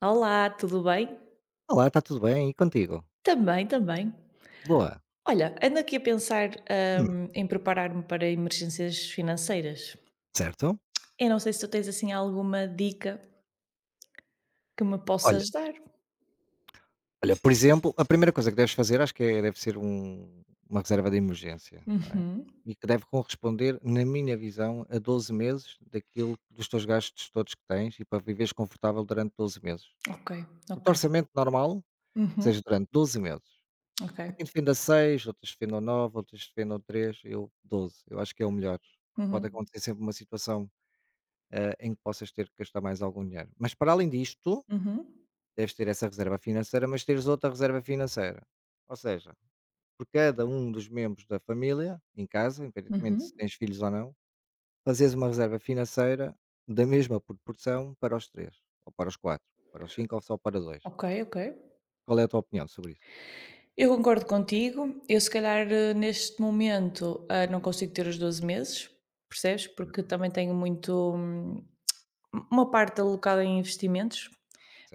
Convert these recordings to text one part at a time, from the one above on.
Olá, tudo bem? Olá, está tudo bem? E contigo? Também, também. Boa. Olha, ando aqui a pensar, Hum, em preparar-me para emergências financeiras. certo. Eu não sei se tu tens assim alguma dica que me Olha possas dar. olha, por exemplo, a primeira coisa que deves fazer acho que é deve ser uma reserva de emergência, não é, Uhum. e que deve corresponder, na minha visão, a 12 meses daquilo dos teus gastos todos que tens e para viveres confortável durante 12 meses. Ok, O ok. teu orçamento normal, que seja Uhum. durante 12 meses. Ok. Há quem defenda 6, outros defendam 9, outros defendam 3, eu 12. Eu acho que é o melhor, pode Uhum. acontecer sempre uma situação, em que possas ter que gastar mais algum dinheiro. Mas para além disto Uhum. deves ter essa reserva financeira, mas teres outra reserva financeira. Ou seja, por cada um dos membros da família, em casa, independentemente Uhum. se tens filhos ou não, fazes uma reserva financeira da mesma proporção para os três, ou para os quatro, para os cinco ou só para dois. Ok, ok. Qual é a tua opinião sobre isso? Eu concordo contigo. Eu, se calhar, neste momento, não consigo ter os 12 meses, percebes? Porque Certo. também tenho muito. Uma parte alocada em investimentos.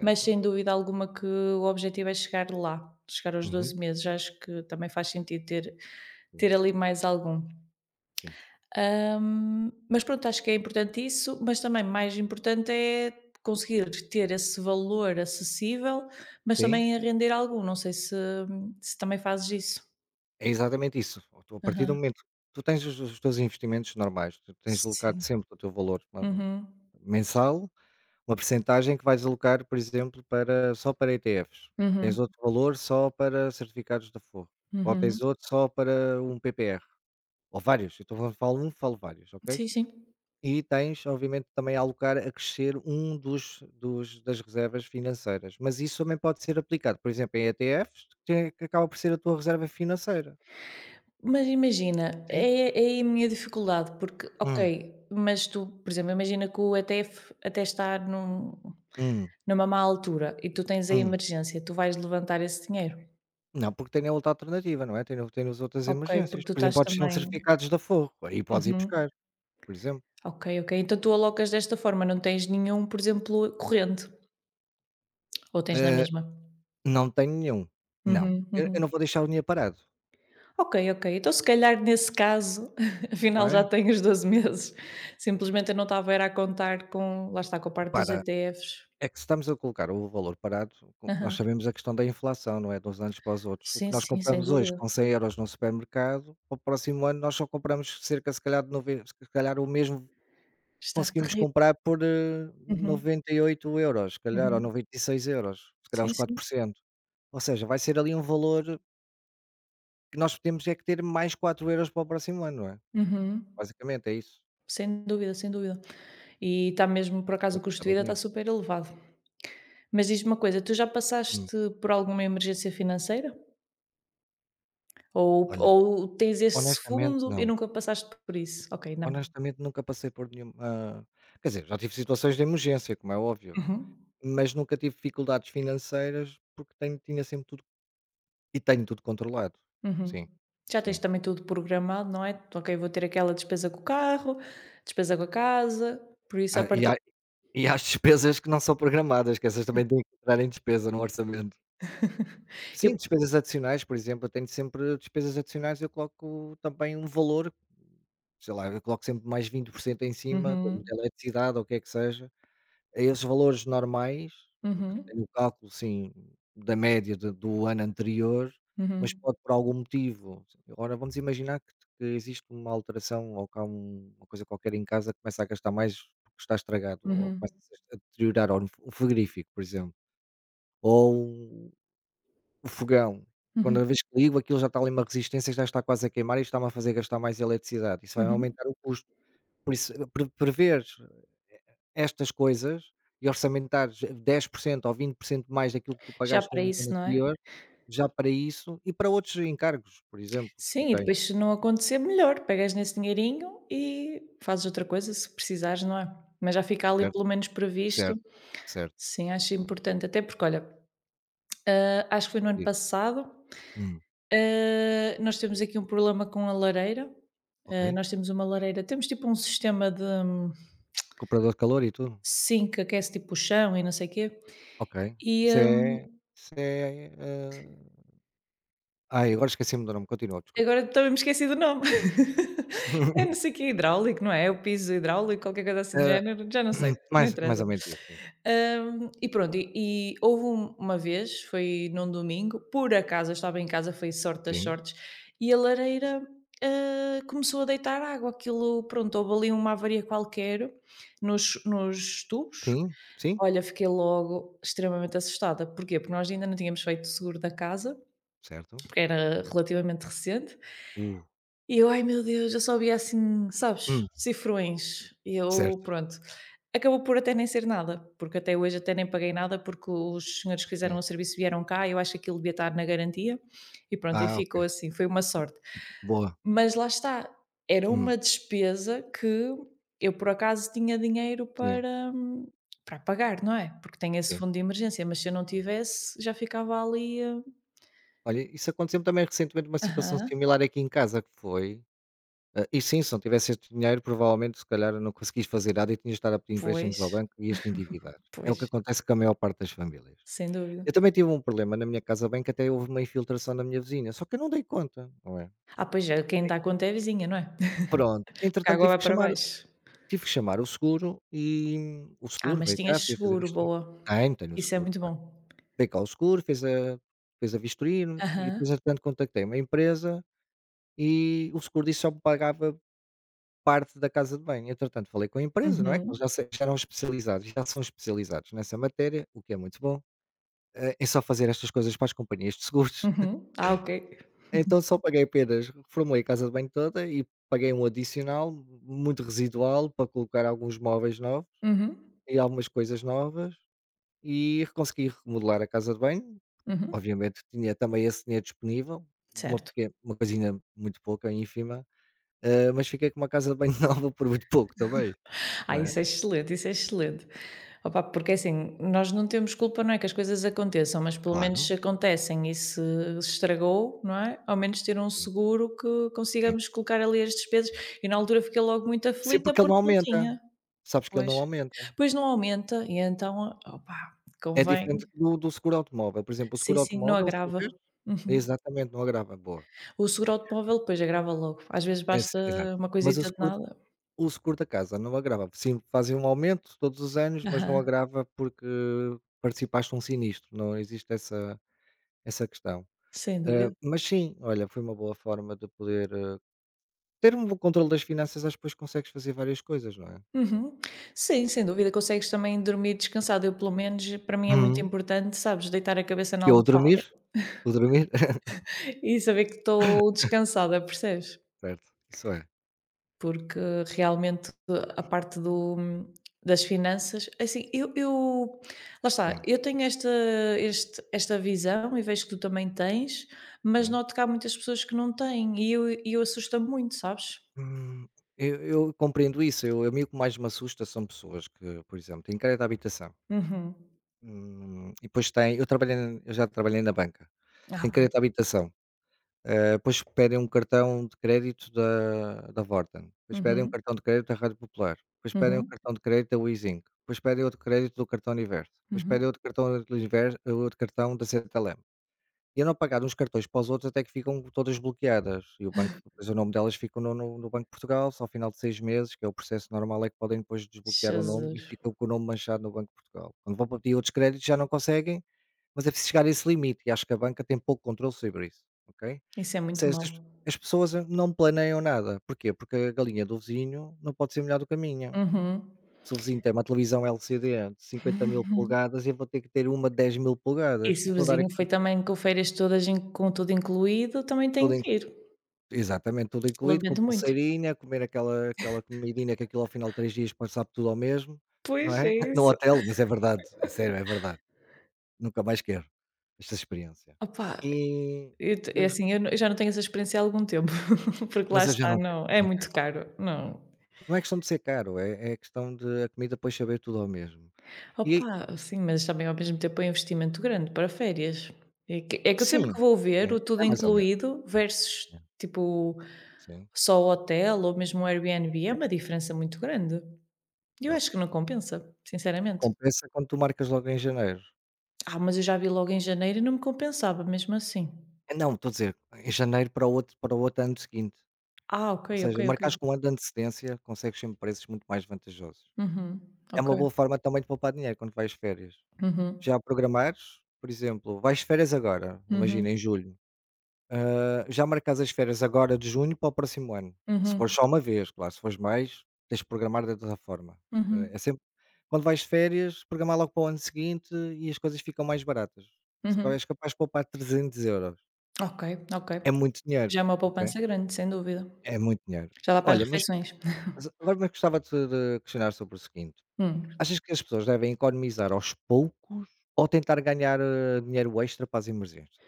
Mas sem dúvida alguma que o objetivo é chegar lá, chegar aos Uhum. 12 meses. Acho que também faz sentido ter, Sim. ter ali mais algum. Sim. Mas pronto, acho que é importante isso, mas também mais importante é conseguir ter esse valor acessível, mas Sim, também a render algum. Não sei se também fazes isso. é exatamente isso. Ou tu, a partir do Aham. momento tu tens os teus investimentos normais, tu tens alocado Sim. sempre o teu valor Uhum. mensal. Uma percentagem que vais alocar, por exemplo, para só para ETFs. Tens Uhum. outro valor só para certificados de Forro, ou tens Uhum. outro só para um PPR, ou vários, então quando falo um, falo vários, ok? Sim, sim. E tens, obviamente, também a alocar a crescer um dos dos das reservas financeiras, mas isso também pode ser aplicado, por exemplo, em ETFs, que que acaba por ser a tua reserva financeira, Mas imagina, sim? é aí a minha dificuldade, porque, Hum, ok, mas tu, por exemplo, imagina que o ETF até está hum, numa má altura e tu tens a hum. emergência, tu vais levantar esse dinheiro. Não, porque tem a outra alternativa, não é? Tem no tem as outras Ok, porque emergências. tu Por exemplo, estás podes ter uns também, certificados de Forro, aí podes ir uhum, buscar, por exemplo. ok, ok. Então tu alocas desta forma, não tens nenhum, por exemplo, corrente, ou tens na Hã, mesma? não tenho nenhum. Não, Uhum, eu não uhum. vou deixar o dinheiro parado, Ok, ok. Então se calhar nesse caso, não afinal já é? tenho os 12 meses. Simplesmente eu não estava era a contar com, lá está, com a parte dos Para ETFs. É que se estamos a colocar o valor parado, co nós Aham. sabemos a questão da inflação, não é, de uns anos para os outros. O que Sim, nós sim, sem compramos hoje dúvida. com 100 euros no supermercado, para o próximo ano nós só compramos cerca, se calhar, de noven se calhar o mesmo Está conseguimos terrível. comprar por, Uhum, €98, se calhar, ou uhum. €96, se calhar Sim, os quatro sim. por cento Ou seja, vai ser ali um valor que nós temos é que ter mais 4 euros para o próximo ano, não é? Uhum. Basicamente é isso. Sem dúvida, sem dúvida. E está mesmo, por Tem que ter acaso, o custo de aplicado o vida está dinheiro. super elevado. Mas diz-me uma coisa, tu já Hum. passaste por alguma emergência financeira? Ou, Olha, ou tens esse honestamente fundo e não. nunca passaste por isso? Ok, não. Honestamente nunca passei por nenhuma, quer dizer, já tive situações de emergência, como é óbvio, Uhum, mas nunca tive dificuldades financeiras porque tenho tinha sempre tudo e tenho tudo controlado. uhum. Sim, Já tens sim. também tudo programado, não é? Ok, vou ter aquela despesa com o carro, despesa com a casa, por isso a Ah, e partir. há e há as despesas que não são programadas, que essas também têm que entrar em despesa no orçamento. Eu. Sim, despesas adicionais, por exemplo, eu tenho sempre despesas adicionais, eu coloco também um valor, sei lá, eu coloco sempre mais 20% em cima, como Uhum, de eletricidade ou o que é que seja. A esses valores normais, porque tem uhum, o cálculo, sim, da média de do ano anterior, mas uhum, pode por algum motivo agora vamos imaginar que existe uma alteração ou que há uma coisa qualquer em casa que começa a gastar mais porque está estragado ou uhum. começa a deteriorar, ou o frigorífico, por exemplo, ou o fogão. Quando Uhum, a vez que ligo aquilo já está ali uma resistência, que já está quase a queimar e está-me a fazer gastar mais eletricidade. Isso vai uhum. aumentar o custo. Por isso, prever estas coisas e orçamentares 10% ou 20% mais daquilo que tu Já pagaste para no ano isso, não é? anterior, já para isso e para outros encargos, por exemplo, que tu Sim, e tens, depois se não acontecer, melhor, pegas nesse dinheirinho e fazes outra coisa se precisares, não é? Mas já fica ali certo? pelo menos previsto. Certo, certo. Sim, acho importante. Até porque, olha, acho que foi no ano Diz. passado, Hum, nós temos aqui um problema com a lareira. ok. Ah, nós temos uma lareira, temos tipo um sistema de Recuperador de calor e tudo? sim, que aquece tipo o chão e não sei o quê. Ok. Isso é isso é, hã ai, agora esqueci-me do nome, continua, desculpa. Agora também me esqueci do nome. É não sei o quê hidráulico, não é? É o piso hidráulico, qualquer coisa assim do Hã, género, já não sei, não mais interessa. mais ou menos isso, sim. E pronto, e houve uma vez, foi num domingo, por acaso eu estava em casa, foi sorte das Sim, sortes, e a lareira, começou a deitar água, aquilo pronto, houve ali uma avaria qualquer nos tubos. sim, sim, Olha, fiquei logo extremamente assustada. Porquê? Porque nós ainda não tínhamos feito o seguro da casa, certo. porque era relativamente recente, Uh, e eu: "Ai meu Deus", eu só via assim, sabes, hum, cifrões. E eu certo, pronto, acabou por até nem ser nada, porque até hoje até nem paguei nada, porque os senhores que fizeram sim. o serviço vieram cá, eu acho que aquilo devia estar na garantia, e pronto, e Ah, ficou ok. assim, foi uma sorte. Boa. Mas lá está, era Hum, uma despesa que eu por acaso tinha dinheiro sim, para pagar, não é, porque tenho esse sim. fundo de emergência, mas se eu não tivesse, já ficava ali a Olha, isso aconteceu também recentemente, uma situação Aham, similar aqui em casa, que foi, e sim, se não tivesse este dinheiro provavelmente se calhar eu não conseguis fazer nada e tinhas de estar a pedir empréstimos ao pois, banco e este te endividar. É o que pois, acontece com a maior parte das famílias. sem dúvida. Eu também tive um problema na minha casa, bem que até houve uma infiltração na minha vizinha, só que eu não dei conta, não é? Ah, pois é, quem dá conta é a vizinha, não é? Pronto, Porque a entretanto água tive vai que para chamar baixo. tive que chamar o seguro e, o Ah, seguro mas veio tinhas cá, fez a seguro, vistoria. boa. Tenho, tenho o Isso é seguro, muito claro. bom. Veio cá o seguro, fez a vistoria e depois Aham. entretanto contactei uma empresa. E o seguro disso só me pagava parte da casa de banho. Entretanto, falei com a empresa, não é, que eles já Uhum. se já eram especializados, já são especializados nessa matéria, o que é muito bom. É só fazer estas coisas para as companhias de seguros. Uhum. Ah, ok. Então só paguei, apenas reformulei a casa de banho toda e paguei um adicional muito residual para colocar alguns móveis novos Uhum. e algumas coisas novas e consegui remodelar a casa de banho. Uhum. Obviamente tinha também esse dinheiro disponível, uma Certo. pequena uma coisinha muito pouca, ínfima. Ah, mas fiquei com uma casa de banho nova por muito pouco também, não Ah, é? isso é excelente, isso é excelente. Opa, porque é assim, nós não temos culpa, não é, que as coisas aconteçam, mas pelo menos Claro, se acontecem e se estragou, não é? Ao menos ter um sim, seguro que sim. consigamos colocar ali as despesas. E na altura fiquei logo muito Sim, aflita porque ele não porque não aumenta. tinha. Sabes que ele Pois. não aumenta. Pois não aumenta e então, opá, É convém. diferente do seguro automóvel. Por exemplo, o Sim, seguro sim, não automóvel, se tiver, agrava. Uhum. exatamente, não agrava. Boa. O seguro automóvel depois agrava logo. Às vezes Esse, basta exato. uma Mas o coisita de seguro nada. o seguro da casa não agrava. Sim, fazem um aumento todos os anos, mas não Aham, agrava porque participaste de um sinistro, não existe essa questão. sem dúvida. Ah, mas sim, olha, foi uma boa forma de poder, ter um bom controle das finanças, acho que depois consegues fazer várias coisas, não é? Uhum. Sim, sem dúvida, consegues também dormir descansado. Eu pelo menos, para mim é muito Uhum. importante, sabes, deitar a cabeça na Eu almofada dormir, o dormir, e saber que estou descansada, percebes? certo, isso é, Porque realmente a parte do das finanças, assim, eu lá está, sim, eu tenho esta visão e vejo que tu também tens, mas sim. noto que há muitas pessoas que não têm e eu assusta-me muito, sabes? Hum, eu eu compreendo isso, eu a mim o que mais me assusta são pessoas que, por exemplo, têm crédito à habitação, Uhum. E depois têm eu trabalhei na eu já trabalhei na banca, Ah, têm ok. crédito à habitação, depois pedem um cartão de crédito da Vorten, depois pedem um Uhum, cartão de crédito da Rádio Popular, depois pedem um uhum, cartão de crédito da Weezing, depois pedem outro crédito do cartão Universo, depois uhum. pedem outro cartão do Universo, outro cartão da Santander. E eu, não pagar uns cartões para os outros até que ficam todas bloqueadas e o banco depois o nome delas fica no Banco de Portugal, só ao final de 6 meses, que é o processo normal, é que podem depois desbloquear o nome e Jesus, ficam com o nome manchado no Banco de Portugal. Quando vão para pedir outros créditos já não conseguem, mas é preciso chegar a esse limite e acho que a banca tem pouco controle sobre isso, ok? isso é Ou muito seja, mau. as pessoas não planeiam nada, porquê? Porque a galinha do vizinho não pode ser melhor do que a minha. Uhum. Se o vizinho tem uma televisão LCD de 50.000 polegadas, eu vou ter que ter uma de 10.000 E polegadas. se Eu o estou a dar vizinho foi aqui. também com férias todas in com tudo incluído, também tenho Todo em. que ir. Exatamente, tudo incluído, com Lamento muito. pulseirinha, comer aquela comidinha que aquilo ao final de 3 dias depois sabe tudo ao mesmo, não Pois, é é? No isso. hotel, mas é verdade, é sério, é verdade. Nunca mais quero esta experiência. Opa, E Eu te eu é assim, eu já não tenho essa experiência há algum tempo, porque lá Mas eu já está, não quero, não é não quero, muito caro, não. não. Não é questão de ser caro, é questão de a comida depois saber tudo ao mesmo. E Opa, sim, mas também ao mesmo tempo é um investimento grande para férias. É que eu sempre que sim, vou ver sim, o tudo é mais ou menos, incluído versus, é, tipo, sim, só o hotel ou mesmo o Airbnb, é uma diferença muito grande. E eu pronto. acho que não compensa, sinceramente. Compensa quando tu marcas logo em janeiro. Ah, mas eu já vi logo em janeiro e não me compensava mesmo assim. Não, estou a dizer, em janeiro para o outro ano seguinte. Ah, ok, Ou ok, seja, marcares com 1 ok. ano de antecedência, consegues sempre preços muito mais vantajosos. Uhum, É ok. uma boa forma também de poupar dinheiro quando vais de férias. Uhum, Já programares, por exemplo, vais de férias agora, imagina uhum, em julho, já marcas as férias agora de junho para o próximo ano. Se for uhum, só uma vez, claro, se fores mais, tens de programar de outra forma. Uhum, É sempre quando vais de férias, programar logo para o ano seguinte e as coisas ficam mais baratas. Se agora uhum. és capaz de poupar 300 euros. Ok, ok. É muito dinheiro, Já é uma ok? poupança grande, sem dúvida. É muito dinheiro. Já dá para as Olha, mas refeições. mas agora me gostava de questionar sobre o seguinte. Hum. Achas que as pessoas devem economizar aos poucos ou tentar ganhar, dinheiro extra para as emergências?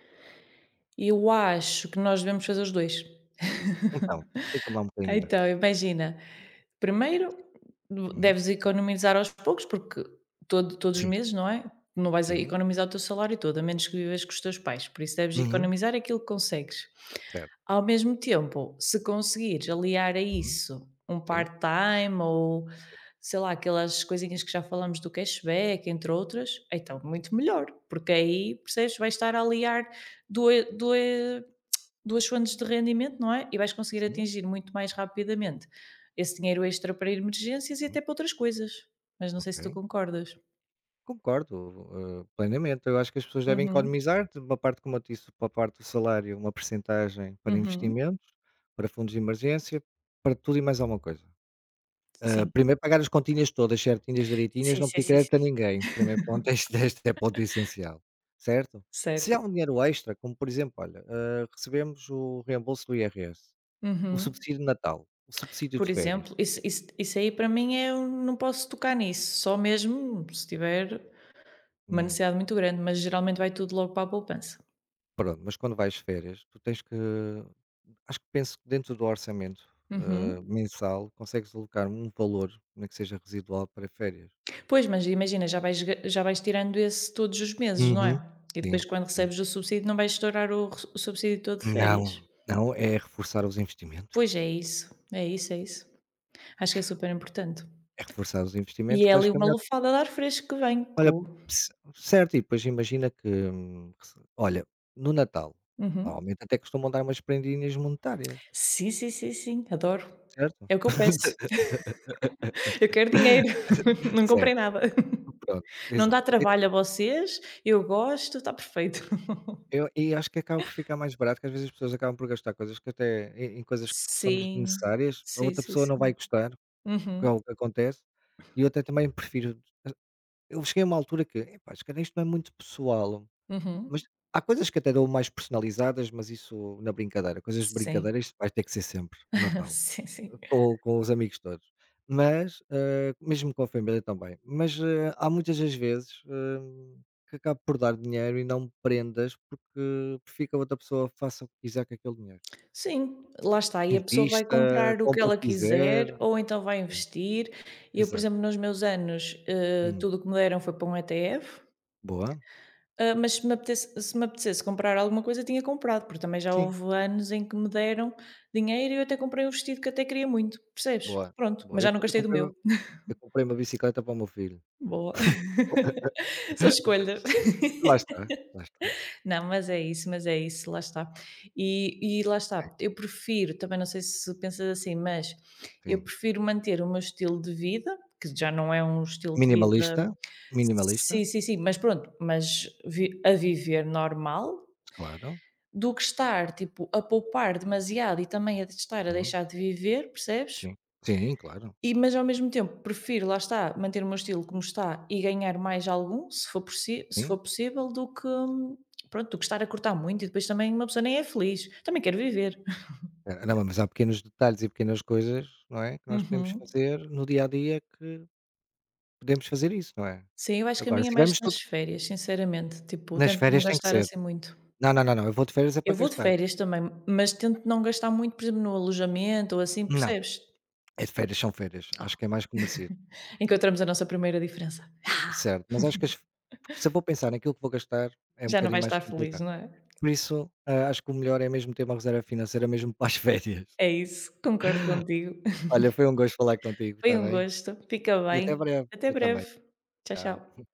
Eu acho que nós devemos fazer os 2. Então, explica-me lá um bocadinho melhor Então, isso. imagina, primeiro Uhum. deves economizar aos poucos, porque todos os Sim, meses, não é? Não vais a sim. economizar o teu salário todo, a menos que vivas com os teus pais, por isso deves Uhum. economizar aquilo que consegues. Certo. Ao mesmo tempo, se conseguires aliar a Uhum. isso um Sim, part-time ou, sei lá, aquelas coisinhas que já falamos do cashback, entre outras, então muito melhor, porque aí, percebes, vais estar a aliar due due duas fontes de rendimento, não é, e vais conseguir sim, atingir muito mais rapidamente esse dinheiro extra para emergências e sim. até para outras coisas, mas não sei Ok. se tu concordas. Concordo, plenamente. Eu acho que as pessoas devem Uhum, economizar de uma parte, como eu te para uma parte do salário, uma percentagem para uhum, investimentos, para fundos de emergência, para tudo e mais alguma coisa. Ah, sim. primeiro pagar as continhas todas certinhas, direitinhas, Sim, não sim, pedir sim, crédito a sim. ninguém. Primeiro ponto, este é ponto essencial, certo? Se há Certo. um dinheiro extra, como por exemplo, olha, recebemos o reembolso do IRS, o Uhum. subsídio de Natal, o subsídio Por de férias. exemplo, isso aí para mim é eu não posso tocar nisso, só mesmo se tiver uma Hum, necessidade muito grande, mas geralmente vai tudo logo para a poupança. pronto, mas quando vais de férias, tu tens que, acho que penso que dentro do orçamento, Uhum. mensal, consegues alocar um valor, nem que seja residual, para férias. Pois, mas imagina, já vais tirando esse todos os meses, não é? Uhum. E depois Sim, quando sim. recebes o subsídio não vais estourar o subsídio todo de férias. Não, não, é reforçar os investimentos. Pois, é isso, é isso, é isso. Acho que é super importante. É reforçar os E investimentos é que eu acho ali que é uma melhor. lufada de ar fresco que vem. Olha, Co ce certo, e depois imagina que, rece olha, no Natal, Uhum. normalmente até costumam dar umas prendinhas monetárias, Sim, sim, sim, sim, adoro. certo? É o que eu peço. Eu quero dinheiro, não comprei Certo, nada. pronto, Não dá exato. E trabalho a vocês, eu gosto, está perfeito. eu e acho que acaba por ficar mais barato, que às vezes as pessoas acabam por gastar coisas que até em coisas que são Sim, desnecessárias, a sim, outra sim, pessoa não vai sim. gostar, que é Uhum, o que acontece, e eu até também prefiro. Eu cheguei a uma altura que: "Epá, se calhar isto não é muito pessoal". Mas uhum. há coisas que até dou mais personalizadas, mas isso na brincadeira, coisas de Sim, brincadeira, isto vai ter que ser sempre no Natal, sim, sim. com os amigos todos. Mas, mesmo com a família também, mas, há muitas das vezes, que acabo por dar dinheiro e não prendas, porque fica a outra pessoa faça o que quiser com aquele dinheiro. Sim, lá está, e a pessoa vai Invista, comprar o que compra o ela que quiser. quiser ou então vai É, investir. Eu, por exato. exemplo, nos meus anos, Hum, tudo o que me deram foi para um ETF, boa. Mas se me apetecesse, se me apetecesse comprar alguma coisa, tinha comprado, porque também já Sim, houve anos em que me deram dinheiro e eu até comprei um vestido que até queria muito, percebes? boa, Pronto, mas boa. Eu já não eu gastei do comprei meu. eu comprei uma bicicleta para o meu filho. Boa. São escolhas. Lá está, lá está. Não, mas é isso, lá está. E lá está, eu prefiro, também não sei se pensas assim, mas eu Sim. prefiro manter o meu estilo de vida, que já não é um estilo de Minimalista, vida, minimalista, sim, sim, sim, mas pronto, mas vi a viver normal, claro. do que estar, tipo, a poupar demasiado e também a de estar a Hum, deixar de viver, percebes? sim. Sim, claro, E mas ao mesmo tempo prefiro, lá está, manter o meu estilo como está e ganhar mais algum, se sim. for possível, do que estar a cortar muito e depois também uma pessoa nem é feliz, também quero viver. Não, mas há pequenos detalhes e pequenas coisas, não é, que nós podemos Uhum. fazer no dia a dia que podemos fazer isso, não é. Sim, eu acho que a Agora, minha é se mais tivermos nas tudo, férias, sinceramente, tipo, nas tento não férias tem que gastar ser. assim muito. Não, não, não, não, eu vou de férias é Eu para vou de gastar. férias também, mas tento não gastar muito, por exemplo, no alojamento ou assim, Não, percebes? é de férias, são férias, acho Ah. que é mais que merecido. Encontramos a nossa primeira diferença. Certo, mas acho que as se eu vou pensar naquilo que vou gastar, é um Já não bocadinho vais mais estar feliz, complicado. não é? Por isso, acho que o melhor é mesmo ter uma reserva financeira mesmo para as férias. É isso, concordo contigo. Olha, foi um gosto falar contigo, Foi está um bem? gosto, fica E até bem, breve. até Tu também. breve. Tchau, Tchau. tchau.